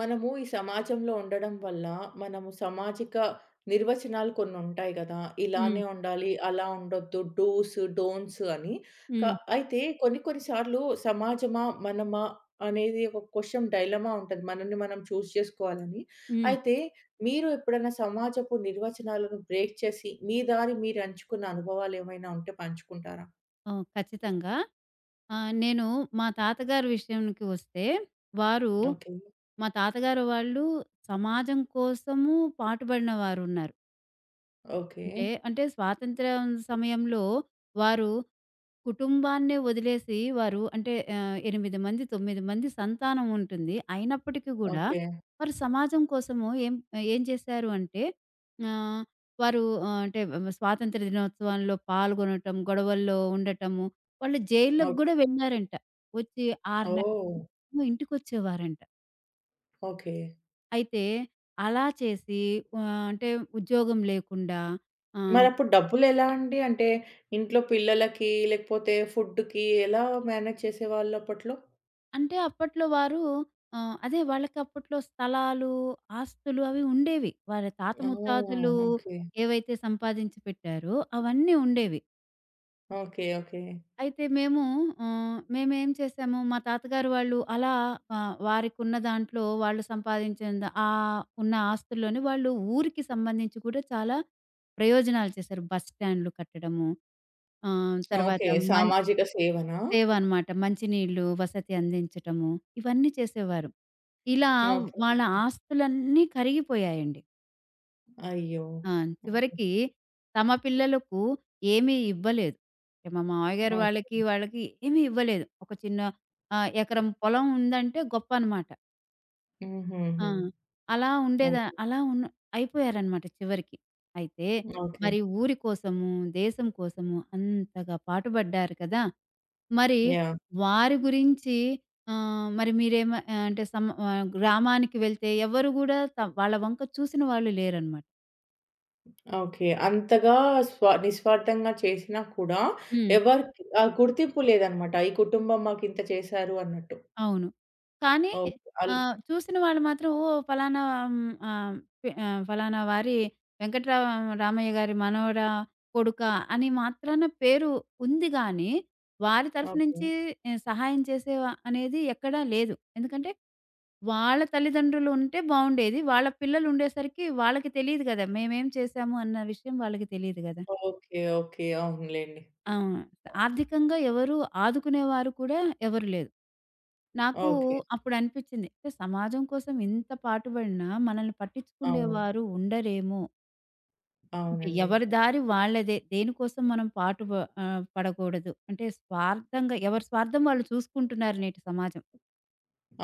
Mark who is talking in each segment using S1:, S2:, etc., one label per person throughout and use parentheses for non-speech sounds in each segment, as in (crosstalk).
S1: మనము ఈ సమాజంలో ఉండడం వల్ల, మనము సామాజిక నిర్వచనాలు కొన్నుంటాయి గదా!
S2: హ్మ్.
S1: ఇలానే ఉండాలి, అలా ఉండొద్దు, డూస్, డోంట్స్ అని. క
S2: హ్మ్.
S1: అయితే కొన్ని కొన్ని సార్లు సమాజమా, మనమా అనేది ఒక క్వెషన్ డైలమా ఉంటది. మనల్ని మనం చూజ్ చేసుకోవాలని.
S2: హ్మ్.
S1: అయితే మీరు ఎప్పుడైనా సమాజపు నిర్వచనాలను బ్రేక్ చేసి, మీ దారి మీరు ఎంచుకున్న అనుభవాలేమైనా ఉంటే పంచుకుంటారా?
S2: ఓహ్! ఖచ్చితంగా. నేను మా తాతగారి విషయానికి వస్తే, వారు
S1: ఓకే.
S2: మా తాతగారు వాళ్ళు సమాజం కోసము పాటుబడిన వారున్నారు.
S1: ఓకే.
S2: అంటే స్వాతంత్ర్యం సమయంలో వారు కుటుంబాన్నే వదిలేసి వారు అంటే 8 మంది, 9 మంది సంతానం ఉంటుంది. అయినప్పటికీ గూడా
S1: ఓకే.
S2: వారు సమాజం కోసము ఏం ఏం చేశారు అంటే ఆహ్, వారు అంటే స్వాతంత్ర దినోత్సవంలో పాల్గొనటం, గొడవల్లో ఉండటము, వాళ్ళు జైల్లోకి
S1: ఓకే.
S2: గూడా వెళ్ళారంట. వచ్చి 6
S1: ఓహ్!
S2: నెలలు ఇంటికొచ్చేవారంట.
S1: ఓకే.
S2: అయితే అలా చేసి అంటే ఉద్యోగం లేకుండా ఆహ్
S1: మరప్పుడు డబ్బులెలా అండి? అంటే ఇంట్లో పిల్లలకి, లేకపోతే ఫుడ్‌కి ఎలా మేనేజ్ చేసేవాళ్ళు అప్పట్లో?
S2: అంటే అప్పట్లో వారు అదే వాళ్ళకప్పట్లో స్థలాలు, ఆస్తులు అవి ఉండేవి. వారి తాత
S1: ఆ!
S2: ముత్తాతలు
S1: ఓకే.
S2: ఏవైతే సంపాదించి పెట్టారో అవన్నీ ఉండేవి.
S1: ఓకే. ఓకే.
S2: అయితే మేము మేమేం చేసాము మా తాతగారు వాళ్ళు అలా వారికున్న దాంట్లో వాళ్ళు సంపాదించిన ఉన్న ఆస్తుల్లోనే వాళ్ళు ఊరికి సంబంధించి కూడా చాలా ప్రయోజనాలు చేశారు. బస్ స్టాండ్‌లు కట్టడము, ఆహ్, తర్వాత
S1: ఓకే.
S2: మం
S1: సామాజిక సేవనా?
S2: సేవ అనమాట. మంచినీళ్ళు, వసతి అందించటము ఇవన్నీ చేసేవారు. ఇలా
S1: ఓకే. ఓకే.
S2: వాళ్ళ ఆస్తులన్నీ కరిగిపోయాయండి.
S1: అయ్యో!
S2: ఆ!
S1: ఓకే.
S2: చివరికి తమ పిల్లలకు ఏమీ ఇవ్వలేదు. మా మామయ్యగారు
S1: ఓకే.
S2: వాళ్ళకి, ఏమీ ఇవ్వలేదు. ఒక చిన్న ఎకరం పొలం ఉందంటే గొప్ప అనమాట. ఆ!
S1: హుహుహు.
S2: అలా ఉండేదా
S1: ఓకే.
S2: అలా ఉన్న అయిపోయారనమాట చివరికి. అయితే
S1: ఓకే.
S2: మరి ఊరి కోసము, దేశం కోసము అంతగా పాటుపడ్డారు కదా! మరి
S1: యాహ్!
S2: వారి గురించి ఆహ్, మరి మీరేమ ఆహ్, అంటే సమ ఆహ్, గ్రామానికి వెళ్తే ఎవరు గూడా వాళ్ళ వంక చూసిన వాళ్ళు లేరనమాట.
S1: ఓకే. అంతగా నిస్వార్థంగా చేసినా కూడా
S2: హ్మ్.
S1: ఎవరికి ఆ గుర్తింపు లేదనమాట. ఈ కుటుంబం మాకింత చేశారు అన్నట్టు.
S2: అవును. కానీ
S1: ఓకే.
S2: చూసిన వాళ్ళు మాత్రం ఓహ్! ఫలానా హ్మ్, ఆహ్, పె ఆహ్, ఫలానా వారి వెంకటరా రామయ్య గారి మనవడా, కొడుకా అని మాత్రాన పేరు ఉంది గానీ, వారి తరఫు
S1: ఓకే.
S2: నుంచి సహాయం చేసే అనేది ఎక్కడా లేదు. ఎందుకంటే, వాళ్ళ తల్లిదండ్రులు ఉంటే బావుండేది. వాళ్ళ పిల్లలుండేసరికి వాళ్ళకి తెలీదు గదా! మేమేం చేశాము అన్న విషయం వాళ్ళకి తెలీదు గదా!
S1: ఓకే. ఓకే. అవునులెండి.
S2: అవును. ఆర్థికంగా ఎవరు ఆదుకునేవారు కూడా ఎవరు లేరు. నాకు
S1: ఓకే.
S2: అప్పుడనిపిచ్చింది. అంటే సమాజం కోసం ఇంత పాటుబడినా మనల్ని
S1: అవును.
S2: పట్టించుకుండేవారు ఉండరేమో! అంటే
S1: అవునండి.
S2: ఎవరి దారి వాళ్ళదే. దేనికోసం మనం పాటు పడకూడదు. అంటే స్వార్థంగా ఎవరి స్వార్థం వాళ్ళు చూసుకుంటున్నారు నేటి సమాజం.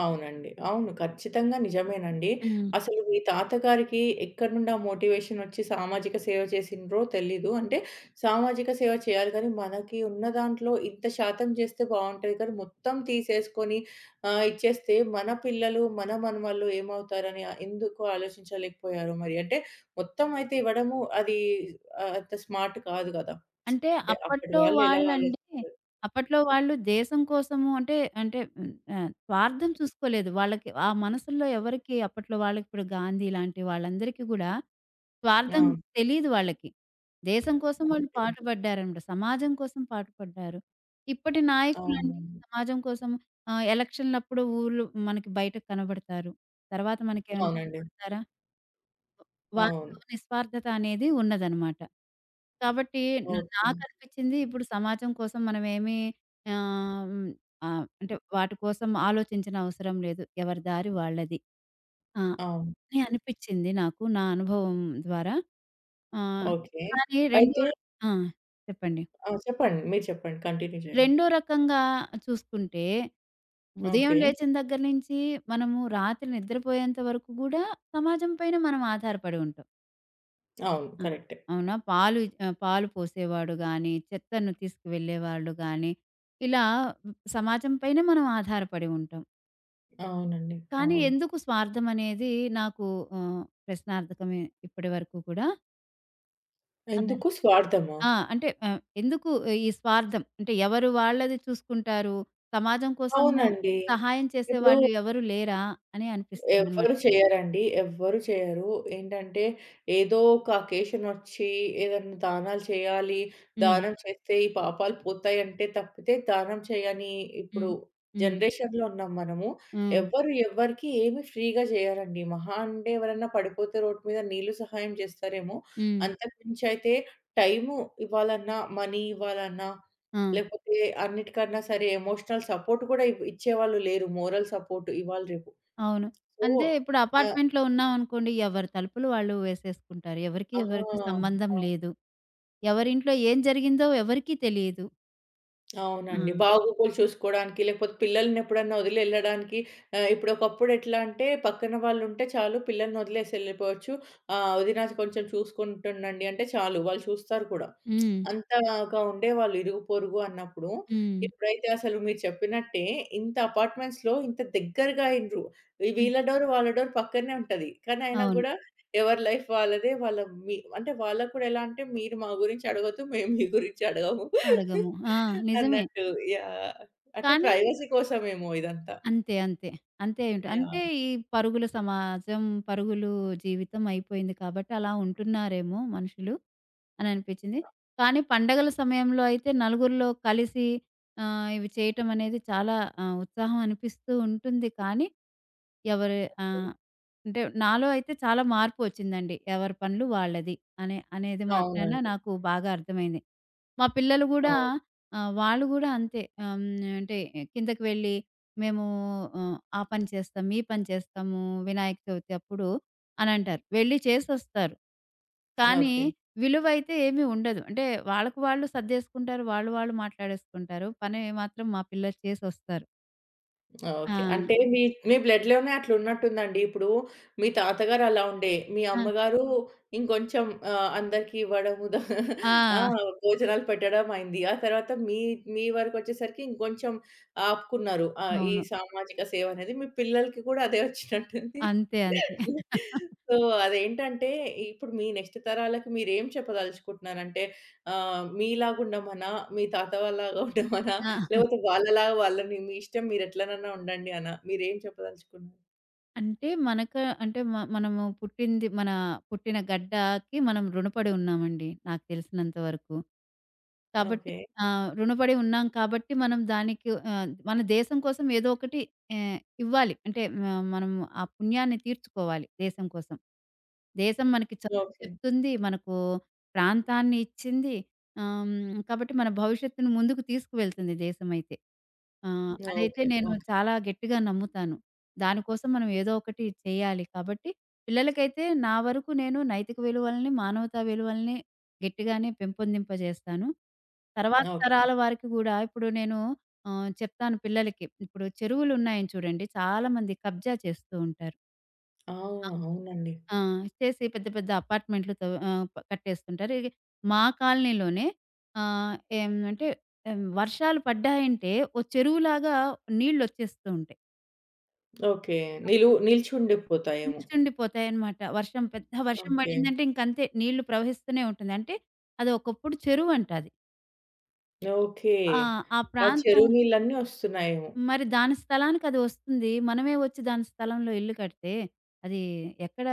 S1: అవునండి. అవును. ఖచ్చితంగా నిజమేనండి.
S2: హ్మ్.
S1: అసలు మీ తాతగారికి ఎక్కడి నుండి ఆ మోటివేషనొచ్చి సామాజిక సేవ చేసిండ్రో తెలీదు. అంటే సామాజిక సేవ చేయాలి కానీ, మనకి ఉన్న దాంట్లో ఇంత శాతం చేస్తే బావుంటది కానీ, మొత్తం తీసేసుకొని ఇచ్చేస్తే మన పిల్లలు, మన మనమళ్ళు ఏమవుతారని ఎందుకు ఆలోచించలేకపోయారు మరి? అంటే మొత్తం అయితే ఇవ్వడము అది అంత స్మార్ట్ కాదు గదా!
S2: అంటే
S1: అంటే అప్పటి
S2: అప్పట్లో
S1: వాళ్ళు ఎలా
S2: వాళ్ళండి
S1: ఆలోచించారు?
S2: అప్పట్లో వాళ్ళు దేశం కోసము అంటే అంటే స్వార్థం చూసుకోలేదు. వాళ్ళకి ఆ మనసుల్లో ఎవరికీ అప్పట్లో వాళ్ళకి ఇప్పుడు గాంధీ లాంటి వాళ్ళందరికీ గూడా స్వార్థం
S1: అవును.
S2: తెలీదు వాళ్ళకి. దేశం కోసం వాళ్ళు పాటుపడ్డారనమాట. సమాజం కోసం పాటుపడ్డారు. ఇప్పటి నాయకులండి
S1: అవునండి.
S2: సమాజం కోసం ఎలక్షన్‌లప్పుడు ఊర్లు మనకి బయట కనబడతారు. తర్వాత మనకేమైనా
S1: అవునండి.
S2: కనపడతారా?
S1: అవును.
S2: వాళ్ళలో నిస్వార్థత అనేది ఉన్నదనమాట. కాబట్టి
S1: ఓకే.
S2: నాకనిపించింది ఇప్పుడు సమాజం కోసం మనమేమి ఆహ్, హ్మ్, అంటే వాటి కోసం ఆలోచించిన అవసరం లేదు. ఎవరి దారి వాళ్ళది. ఆ!
S1: అవును.
S2: అని అనిపిచ్చింది నాకు నా అనుభవం ద్వారా. ఆహ్,
S1: ఓకే.
S2: కానీ రెండో
S1: అయితే
S2: ర ఆ! చెప్పండి.
S1: ఆ! చెప్పండి. మీరు చెప్పండి. కంటిన్యూ చేయండి.
S2: రెండో రకంగా చూసుకుంటే ఉదయం
S1: ఓకే.
S2: లేచిన దగ్గర నుంచి మనము రాత్రి నిద్రపోయేంత వరకు గూడా సమాజం పైన మనం ఆధారపడి ఉంటాం.
S1: అవును.
S2: ఆ!
S1: కరెక్టే.
S2: అవునా? పాలు పాలు పోసేవాడు గానీ, చెత్తను తీసుకువెళ్ళేవాళ్ళు గానీ, ఇలా సమాజం పైనే మనం ఆధారపడి ఉంటాం.
S1: అవునండి.
S2: కానీ
S1: అవును.
S2: ఎందుకు స్వార్థం అనేది నాకు ప్రశ్నార్థకమే ఇప్పటి వరకు కూడా. అదే.
S1: ఎందుకు స్వార్థమా?
S2: ఆ! అంటే ఎందుకు ఈ స్వార్థం? అంటే ఎవరు వాళ్ళది చూసుకుంటారు. సమాజం కోసము
S1: అవునండి.
S2: సహాయం
S1: ఇప్పుడు
S2: చేసేవాళ్ళు ఎవరు లేరా? అని అనిపిస్తుందనమాట.
S1: ఎవ్వరు చేయరండి. ఎవ్వరు చేయరు. ఏంటంటే ఏదో ఒక అకేషన్ ఒచ్చి ఏదన్నా దానాలు చేయాలి.
S2: హ్మ్.
S1: దానం చేస్తే ఈ పాపాలు పోతాయంటే తప్పితే దానం చేయని ఇప్పుడు
S2: హ్మ్. హ్మ్.
S1: జనరేషన్‌లో ఉన్నాం మనము.
S2: హ్మ్.
S1: ఎవ్వరు ఎవ్వరికీ ఏమి ఫ్రీగా చేయరండి. మహా అంటే ఎవరన్నా పడిపోతే రోడ్డు మీద నీళ్ళు సహాయం చేస్తారేమో!
S2: హ్మ్.
S1: అంతకుమించి అయితే టైము ఇవ్వాలన్నా, మనీ ఇవ్వాలన్నా,
S2: ఆ!
S1: లేకపోతే అన్నిటికన్నా సరే ఎమోషనల్ సపోర్ట్ కూడా ఇచ్చేవాళ్ళు లేరు. మోరల్ సపోర్ట్ ఇవాళ రేపు.
S2: అవును. అంటే
S1: ఓహ్!
S2: ఇప్పుడు
S1: ఆహ్,
S2: అపార్ట్‌మెంట్‌లో ఉన్నామనుకోండి, ఎవరి తలుపులు వాళ్ళు వేసేసుకుంటారు. ఎవరికీ
S1: ఆ!
S2: ఎవరికి
S1: అవును.
S2: సంబంధం లేదు. ఎవరింట్లో ఏం జరిగిందో ఎవరికీ తెలీదు. ఆ!
S1: అవునండి. బాగోగులు చూసుకోవడానికి, లేకపోతే పిల్లల్నెప్పుడన్నా వదిలి ఎళ్ళడానికి ఇప్పుడు ఒకప్పుడు ఎట్లా అంటే పక్కన వాళ్ళుంటే చాలు పిల్లల్ని వదిలేసి ఎళ్ళిపోవచ్చు. వదిన కొంచెం చూసుకుంటుండండి అంటే చాలు వాళ్ళు చూస్తారు కూడా.
S2: హ్మ్.
S1: అంతగా ఉండేవాళ్ళు ఇరుగు పొరుగు అన్నప్పుడు.
S2: హ్మ్.
S1: ఇప్పుడైతే అసలు మీరు చెప్పినట్టే ఇంత అపార్ట్మెంట్స్‌లో ఇంత దగ్గరగా అయిండ్రు.
S2: హ్మ్.
S1: వీళ్ళ డోర్ వాళ్ళ డోర్ పక్కనే ఉంటది. కానీ అయినా
S2: అవును.
S1: కూడా ఎవరి లైఫ్ వాళ్ళదే. మీ అంటే వాళ్ళకి కూడా ఎలా అంటే మీరు మా గురించి అడగొద్దు. మేము మీ గురించి అడగము
S2: అడగము. ఆ!
S1: (laughs)
S2: నిజమే.
S1: అన్నట్టు. యాహ్! అంటే
S2: కానీ
S1: ప్రైవసీ కోసమేమో ఇదంతా.
S2: అంతే. అంతే. అంతే ఉంట అంటే
S1: యాహ్!
S2: ఈ పరుగుల సమాజం, పరుగులు జీవితం అయిపోయింది కాబట్టి అలా ఉంటున్నారేమో మనుషులు అని అనిపించింది. కానీ పండగల సమయంలో అయితే నలుగురిలో కలిసి ఇవి చేయటం అనేది చాలా ఉత్సాహం అనిపిస్తూ ఉంటుంది. కానీ ఎవరి ఆహ్, అంటే నాలో అయితే చాలా మార్పు వచ్చిందండి. ఎవరి పనులు వాళ్ళది అనేది మాత్రాన
S1: అవునండి.
S2: నాకు బాగా అర్థమైంది. మా పిల్లలు గూడా
S1: అవును.
S2: వాళ్ళు గూడా అంతే. ఆహ్, హ్మ్. అంటే కిందకి వెళ్ళి మేము ఆ పని చేస్తాం, ఈ పని చేస్తాము వినాయక చవితి అప్పుడు అనంటారు. వెళ్ళి చేసొస్తారు. కానీ
S1: ఓకే.
S2: విలువైతే ఏమీ ఉండదు. అంటే వాళ్ళకి వాళ్ళు సర్దేసుకుంటారు. వాళ్ళు వాళ్ళు మాట్లాడేసుకుంటారు. పని మాత్రం మా పిల్లలు చేసొస్తారు. ఆ!
S1: ఓకే. అంటే మీ మీ బ్లడ్‌లోనే అట్లున్నట్టుందండి. ఇప్పుడు మీ తాతగారు అలా ఉండే. మీ
S2: ఆ!
S1: అమ్మగారు ఇంకొంచెం అందరికి ఇవ్వడము. ఆ!
S2: ఆ!
S1: భోజనాలు పెట్టడం అయింది. ఆ తర్వాత మీ మీ వరకొచ్చేసరికి ఇంకొంచెం ఆపుకున్నారు. ఈ
S2: అవును.
S1: సామాజిక సేవ అనేది మీ పిల్లలకి కూడా అదే వచ్చినట్టుంది.
S2: అంతే. అంతే. (laughs)
S1: సో, అదేంటంటే ఇప్పుడు మీ నెక్స్ట్ తరాలకి మీరేం చెప్పదలుచుకుంటున్నారంటే మీలాగా ఉండమనా? మీ తాత వాళ్ళలాగా ఉండమనా?
S2: ఆ!
S1: లేపోతే వాళ్ళలాగా వాళ్ళని మీ ఇష్టం మీరెట్లనన్నా ఉండండి అనా? మీరేం చెప్పదలుచుకున్నారు?
S2: అంటే అంటే మనము పుట్టింది మన పుట్టిన గడ్డకి మనం రుణపడి ఉన్నామండి నాకు తెలిసినంత వరకు. కాబట్టి
S1: ఓకే.
S2: రుణపడి ఉన్నాం కాబట్టి మనం దానికి మన దేశం కోసం ఏదో ఒకటి ఇవ్వాలి. అంటే మనం ఆ పుణ్యాన్ని తీర్చుకోవాలి దేశం కోసం. దేశం మనకి చదువు
S1: ఓకే.
S2: చెప్తుంది. మనకు ప్రాంతాన్ని ఇచ్చింది. కాబట్టి మన భవిష్యత్తును ముందుకు తీసుకువెళ్తుంది దేశమైతే. అదైతే
S1: ఓకే.
S2: నేను
S1: ఓకే.
S2: చాలా గట్టిగా నమ్ముతాను. దానికోసం మనం ఏదో ఒకటి చేయాలి. కాబట్టి పిల్లలకైతే నా వరకు నేను నైతిక విలువల్ని, మానవతా విలువల్ని గట్టిగానే పెంపొందింపజేస్తాను. తర్వాత
S1: ఓకే.
S2: తరాల వారికి గూడా ఇప్పుడు నేను చెప్తాను పిల్లలకి. ఇప్పుడు చెరువులున్నాయని చూడండి చాలామంది కబ్జా చేస్తూ ఉంటారు.
S1: ఆ! అవునండి.
S2: ఆ! చేసి పెద్ద పెద్ద అపార్ట్‌మెంట్లు తవ్ ఆహ్, ప కట్టేస్తుంటారు. ఇది మా కాలనీలోనే ఆహ్, ఏమంటే వర్షాలు పడ్డాయంటే ఓ చెరువులాగా నీళ్లొచ్చేస్తూ ఉంటాయి.
S1: ఓకే. నిలిచుండిపోతాయేమో.
S2: నిల్చుండిపోతాయన్నమాట. పెద్ద వర్షం
S1: ఓకే.
S2: పడిందంటే ఇంకంతే నీళ్లు ప్రవహిస్తూనే ఉంటుంది. అంటే అది ఒకప్పుడు చెరువంట అది.
S1: ఓకే.
S2: ఆ! ఆ
S1: ఆ
S2: ప్రాంతం
S1: చెరువు నీళ్ళన్నీ ఒస్తున్నాయేమో.
S2: మరి దాని స్థలానికి అది వస్తుంది. మనమే వచ్చి దాని స్థలంలో ఇల్లు కడితే, అది ఎక్కడ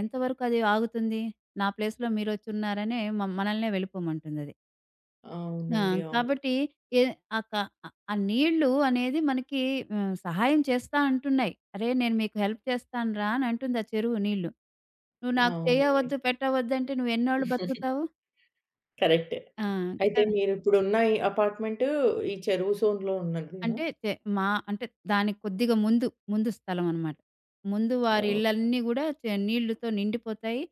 S2: ఎంతవరకు అది ఆగుతుంది? నా ప్లేస్‌లో మీరొచ్చున్నారనే మనల్నే వెళ్ళిపోమంటుందది. ఆ!
S1: అవునండి. అవును.
S2: కాబట్టి ఏ ఆ క ఆ నీళ్ళు అనేది మనకి సహాయం చేస్తా అంటున్నాయి. "అరే! నేను మీకు హెల్ప్ చేస్తాను రా" అని అంటుంది ఆ చెరువు నీళ్ళు. "నువ్వు నాకు
S1: అవునండి.
S2: చేయవద్దు, పెట్టవద్దంటే నువ్వెన్నోళ్ళు బతుకుతావు?"
S1: కరెక్టే.
S2: ఆ!
S1: అయితే
S2: క
S1: మీరిప్పుడున్న ఈ అపార్ట్‌మెంటు ఈ చెరువు జోన్‌లో ఉన్నదేనా?
S2: అంటే తె మా అంటే దానికి కొద్దిగా ముందు, ముందు స్థలం అనమాట. ముందు వారి
S1: ఓకే.
S2: ఇళ్ళన్నీ గూడా నీళ్ళుతో నిండిపోతాయి.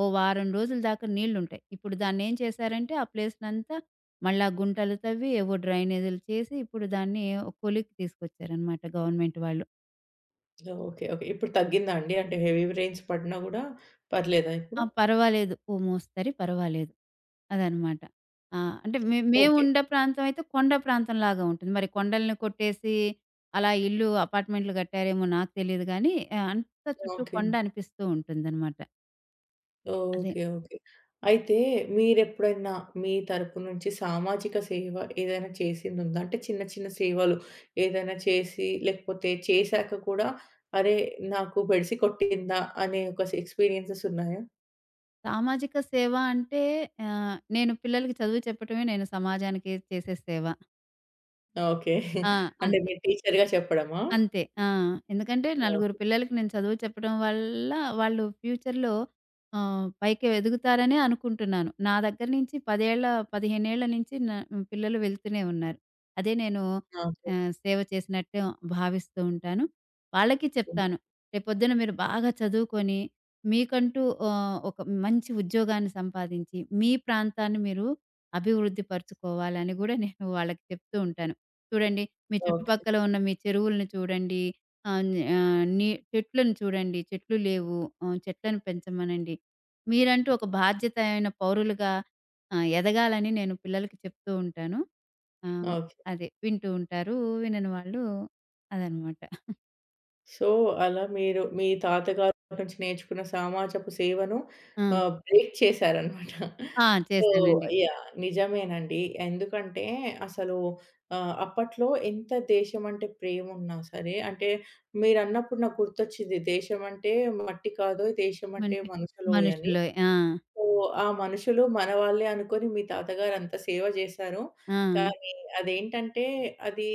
S2: ఓ వారం రోజుల దాకా నీళ్ళుంటాయి. ఇప్పుడు దాన్నేం చేశారంటే ఆ ప్లేస్‌నంతా మళ్ళా గుంటలు తవ్వి ఏవో డ్రైనేజీలు చేసి ఇప్పుడు దాన్ని కొలిక్కి తీసుకొచ్చారనమాట గవర్నమెంట్ వాళ్ళు.
S1: ఓకే. ఓకే. ఇప్పుడు తగ్గిందా అండి? అంటే హెవీ రెయిన్స్ పడినా గూడా పర్లేదా
S2: ఆ!
S1: ఇప్పుడు?
S2: పర్వాలేదు. ఓ మోస్తరు పర్వాలేదు. అదనమాట. ఆ! అంటే
S1: ఓకే.
S2: మేముండే ప్రాంతం అయితే కొండ ప్రాంతంలాగా ఉంటుంది. మరి కొండల్ని కొట్టేసి అలా ఇల్లు అపార్ట్మెంట్లు కట్టారేమో నాకు తెలీదు గానీ, అంతా చుట్టూ
S1: ఓకే.
S2: కొండ అనిపిస్తూ ఉంటుందనమాట. అదే.
S1: ఓకే. ఓకే. అయితే మీరెప్పుడైనా మీ తరపు నుంచి సామాజిక సేవ ఏదైనా చేసిందుందా? అంటే చిన్న చిన్న సేవలు ఏదైనా చేసి లేకపోతే చేశాక కూడా అరే! నాకు బెడిసి కొట్టిందా అనే ఒక స్ ఎక్స్‌పీరియన్సెస్ ఉన్నాయా?
S2: సామాజిక సేవ అంటే నేను పిల్లలకి చదువు చెప్పటమే నేను సమాజానికి చేసే సేవ.
S1: ఓకే.
S2: ఆ!
S1: అంటే
S2: అంతే.
S1: మీరు టీచర్‌గా చెప్పడమా?
S2: అంతే. ఆ! ఎందుకంటే నలుగురు
S1: ఓకే.
S2: పిల్లలకి నేను చదువు చెప్పడం వల్ల వాళ్ళు ఫ్యూచర్‌లో పైకి ఎదుగుతారనే అనుకుంటున్నాను. నా దగ్గర నుంచి 10 ఏళ్ల, 15 ఏళ్ల నుంచి పిల్లలు వెళ్తూనే ఉన్నారు. అదే నేను
S1: ఆ! ఓకే.
S2: సేవ చేసినట్టే భావిస్తూ ఉంటాను. వాళ్ళకి చెప్తాను. రేపొద్దున మీరు బాగా చదువుకొని మీకంటూ ఒక మంచి ఉద్యోగాన్ని సంపాదించి మీ ప్రాంతాన్ని మీరు అభివృద్ధి పరుచుకోవాలని గూడా నేను వాళ్ళకి చెప్తూ ఉంటాను. చూడండి. మీ
S1: ఓకే.
S2: చుట్టుపక్కల ఉన్న మీ చెరువులను చూడండి. ఆహ్, న్ ఆహ్, నీ చెట్లను చూడండి. చెట్లు లేవు. చెట్లను పెంచమనండి. మీరంటూ ఒక బాధ్యతమైన పౌరులుగా ఎదగాలని నేను పిల్లలకి చెప్తూ ఉంటాను. ఆహ్,
S1: ఓకే.
S2: అదే వింటూ ఉంటారు. వినని వాళ్ళు అదనమాట.
S1: సో, అలా మీరు మీ తాతగారి నుంచి నేర్చుకున్న సమాజపు సేవను
S2: ఆ!
S1: బ్రేక్ చేశారనమాట.
S2: ఆ!
S1: సో,
S2: చేశానండి.
S1: యాహ్! నిజమేనండి. ఎందుకంటే అసలు అప్పట్లో ఎంత దేశం అంటే ప్రేమున్నా సరే అంటే మీరన్నప్పుడు నాకు గుర్తొచ్చింది దేశం అంటే మట్టి కాదోయ్, దేశం అంటే
S2: మంచి
S1: మనుషులోయ్ అని.
S2: మనుషులు. ఆ!
S1: సో, ఆ మనుషులు మన వాళ్ళే అనుకోని మీ తాతగారంత సేవ జేశారు.
S2: ఆ!
S1: కానీ అదేంటంటే అది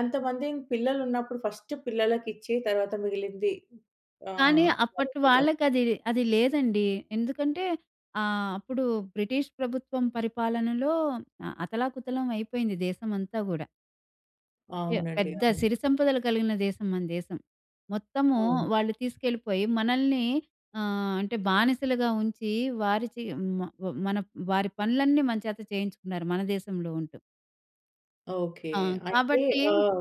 S1: అంతమంది పిల్లలున్నప్పుడు ఫస్ట్ పిల్లలకిచ్చి తర్వాత మిగిలింది
S2: కానీ
S1: ఆహ్,
S2: అప్పటి వాళ్ళకది అది అది లేదండి. ఎందుకంటే అప్పుడు బ్రిటిష్ ప్రభుత్వం పరిపాలనలో అతలాకుతలం అయిపోయింది దేశమంతా గూడా.
S1: అవునండి.
S2: పెద్ద
S1: అవును.
S2: సిరి సంపదలు కలిగిన దేశం మన దేశం. మొత్తము
S1: అవును.
S2: వాళ్ళు తీసుకెళ్ళిపోయి మనల్ని అంటే బానిసలుగా ఉంచి వారి చే మ వ మన వారి పనులన్నీ మన చేత చేయించుకున్నారు మన దేశంలో ఉంటూ.
S1: ఓకే.
S2: ఆ!
S1: అయితే
S2: కాబట్టి
S1: ఆహ్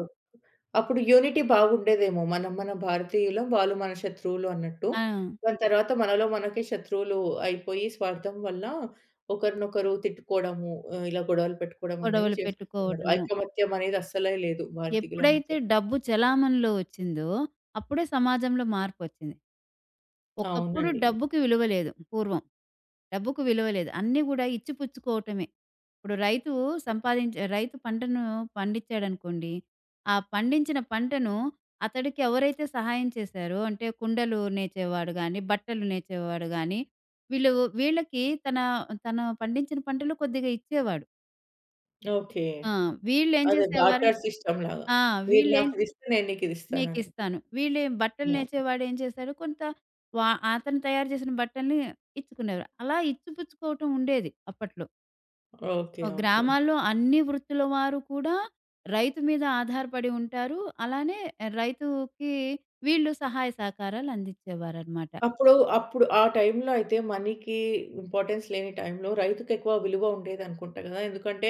S1: అప్పుడు యూనిటీ బాగుండేదేమో. మనం మన భారతీయులం, వాళ్ళు మన శత్రువులు అన్నట్టు.
S2: ఆ!
S1: దాని తర్వాత మనలో మనకే శత్రువులు అయిపోయి స్వార్థం వల్ల ఒకరినొకరు తిట్టుకోవడము, ఇలా గొడవలు పెట్టుకోవడం అనేవి
S2: గొడవలు
S1: చేసేస్తున్నారు.
S2: పెట్టుకోవటము.
S1: ఐకమత్యం అనేది అస్సలే లేదు భారతీయుల మధ్య.
S2: ఎప్పుడైతే డబ్బు చెలామణిలో వచ్చిందో, అప్పుడే సమాజంలో మార్పొచ్చింది. ఒకప్పుడు
S1: అవునండి.
S2: డబ్బుకి విలువ లేదు పూర్వం. డబ్బుకు విలువ లేదు. అన్నీ గూడా ఇచ్చిపుచ్చుకోవటమే. ఇప్పుడు సంపాదించే రైతు పంటను పండించాడనుకోండి, ఆ పండించిన పంటను అతడికి ఎవరైతే సహాయం చేశారో అంటే కుండలు నేచేవాడు గానీ, బట్టలు నేచేవాడు గానీ, వీళ్ళు వీళ్ళకి తన తన పండించిన పంటలు కొద్దిగా ఇచ్చేవాడు.
S1: ఓకే.
S2: ఆ! వీళ్ళేం
S1: అదే
S2: చేసేవారు.
S1: బార్టర్ సిస్టమ్ లాగా.
S2: ఆ!
S1: మీరు
S2: వీళ్ళేం
S1: నాకిదిస్తే నేను నీకిదిస్తానని.
S2: నీకిస్తాను. వీళ్ళు బట్టలు
S1: యాహ్!
S2: ఏం చేశాడు కొంత వా అతను తయారు చేసిన బట్టల్ని ఇచ్చుకునేవారు. అలా ఇచ్చిపుచ్చుకోవటం ఉండేది అప్పట్లో.
S1: ఓకే. ఓకే.
S2: గ్రామాల్లో అన్ని వృత్తుల వారు కూడా రైతు మీద ఆధారపడి ఉంటారు. అలానే రైతుకి వీళ్ళు సహాయ సహకారాలు అందించేవారనమాట.
S1: అప్పుడు, అప్పుడు ఆ టైంలో అయితే మనీకి ఇంపార్టెన్స్ లేని టైంలో రైతుకెక్కువ విలువ ఉండేదనుకుంటా గదా! ఎందుకంటే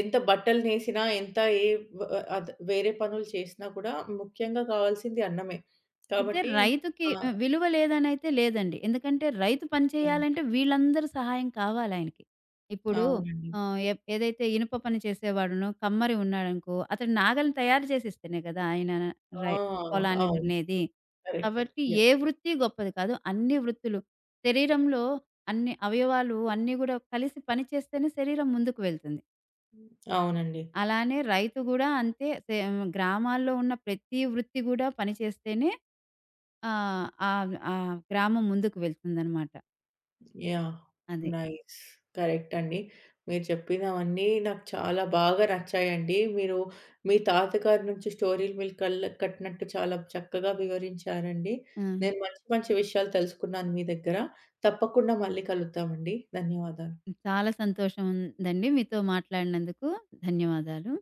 S1: ఎంత బట్టలు నేసినా, ఎంత ఏ వ అద్ వేరే పనులు చేసినా కూడా ముఖ్యంగా కావాల్సింది అన్నమే.
S2: అయితే
S1: కాబట్టి
S2: రైతుకి
S1: ఆ!
S2: విలువ లేదనైతే లేదండి. ఎందుకంటే రైతు పని
S1: హ్మ్.
S2: చేయాలంటే వీళ్ళందరి సహాయం కావాలాయనకి. ఇప్పుడు
S1: అవునండి.
S2: ఆహ్, ఎప్ ఏదైతే ఇనుప పని చేసేవాడునో కమ్మరి ఉన్నాడనుకో, అతడు నాగలిని తయారు చేసిస్తేనే కదా! ఆయన రై
S1: ఆ!
S2: పొలాన్ని
S1: అవును.
S2: దున్నేది.
S1: కరెక్ట్.
S2: కాబట్టి ఏ
S1: యాహ్!
S2: వృత్తి గొప్పది కాదు. అన్ని వృత్తులు శరీరంలో అన్ని అవయవాలు అన్నీ గూడా కలిసి పని చేస్తేనే శరీరం ముందుకు వెళ్తుంది.
S1: అవునండి.
S2: అలానే రైతు గూడా అంతే సేమ్ గ్రామాల్లో ఉన్న ప్రతి వృత్తి గూడా పని చేస్తేనే ఆ! ఆ గ్రామం ముందుకు వెళ్తుందనమాట.
S1: యాహ్!
S2: అది.
S1: నైస్. కరెక్ట్ అండి. మీరు చెప్పినవన్నీ నాకు చాలా బాగా నచ్చాయండి. మీరు మీ తాతగారి నుంచి స్టోరీలు మీరు కళ్ళకి కట్టినట్టు చాలా చక్కగా వివరించారండి.
S2: ఆ!
S1: నేను మంచి మంచి విషయాలు తెలుసుకున్నాను మీ దగ్గర. తప్పకుండా మళ్ళీ కలుద్దామండి. ధన్యవాదాలు.
S2: చాలా సంతోషం ఉందండి మీతో మాట్లాడినందుకు. ధన్యవాదాలు.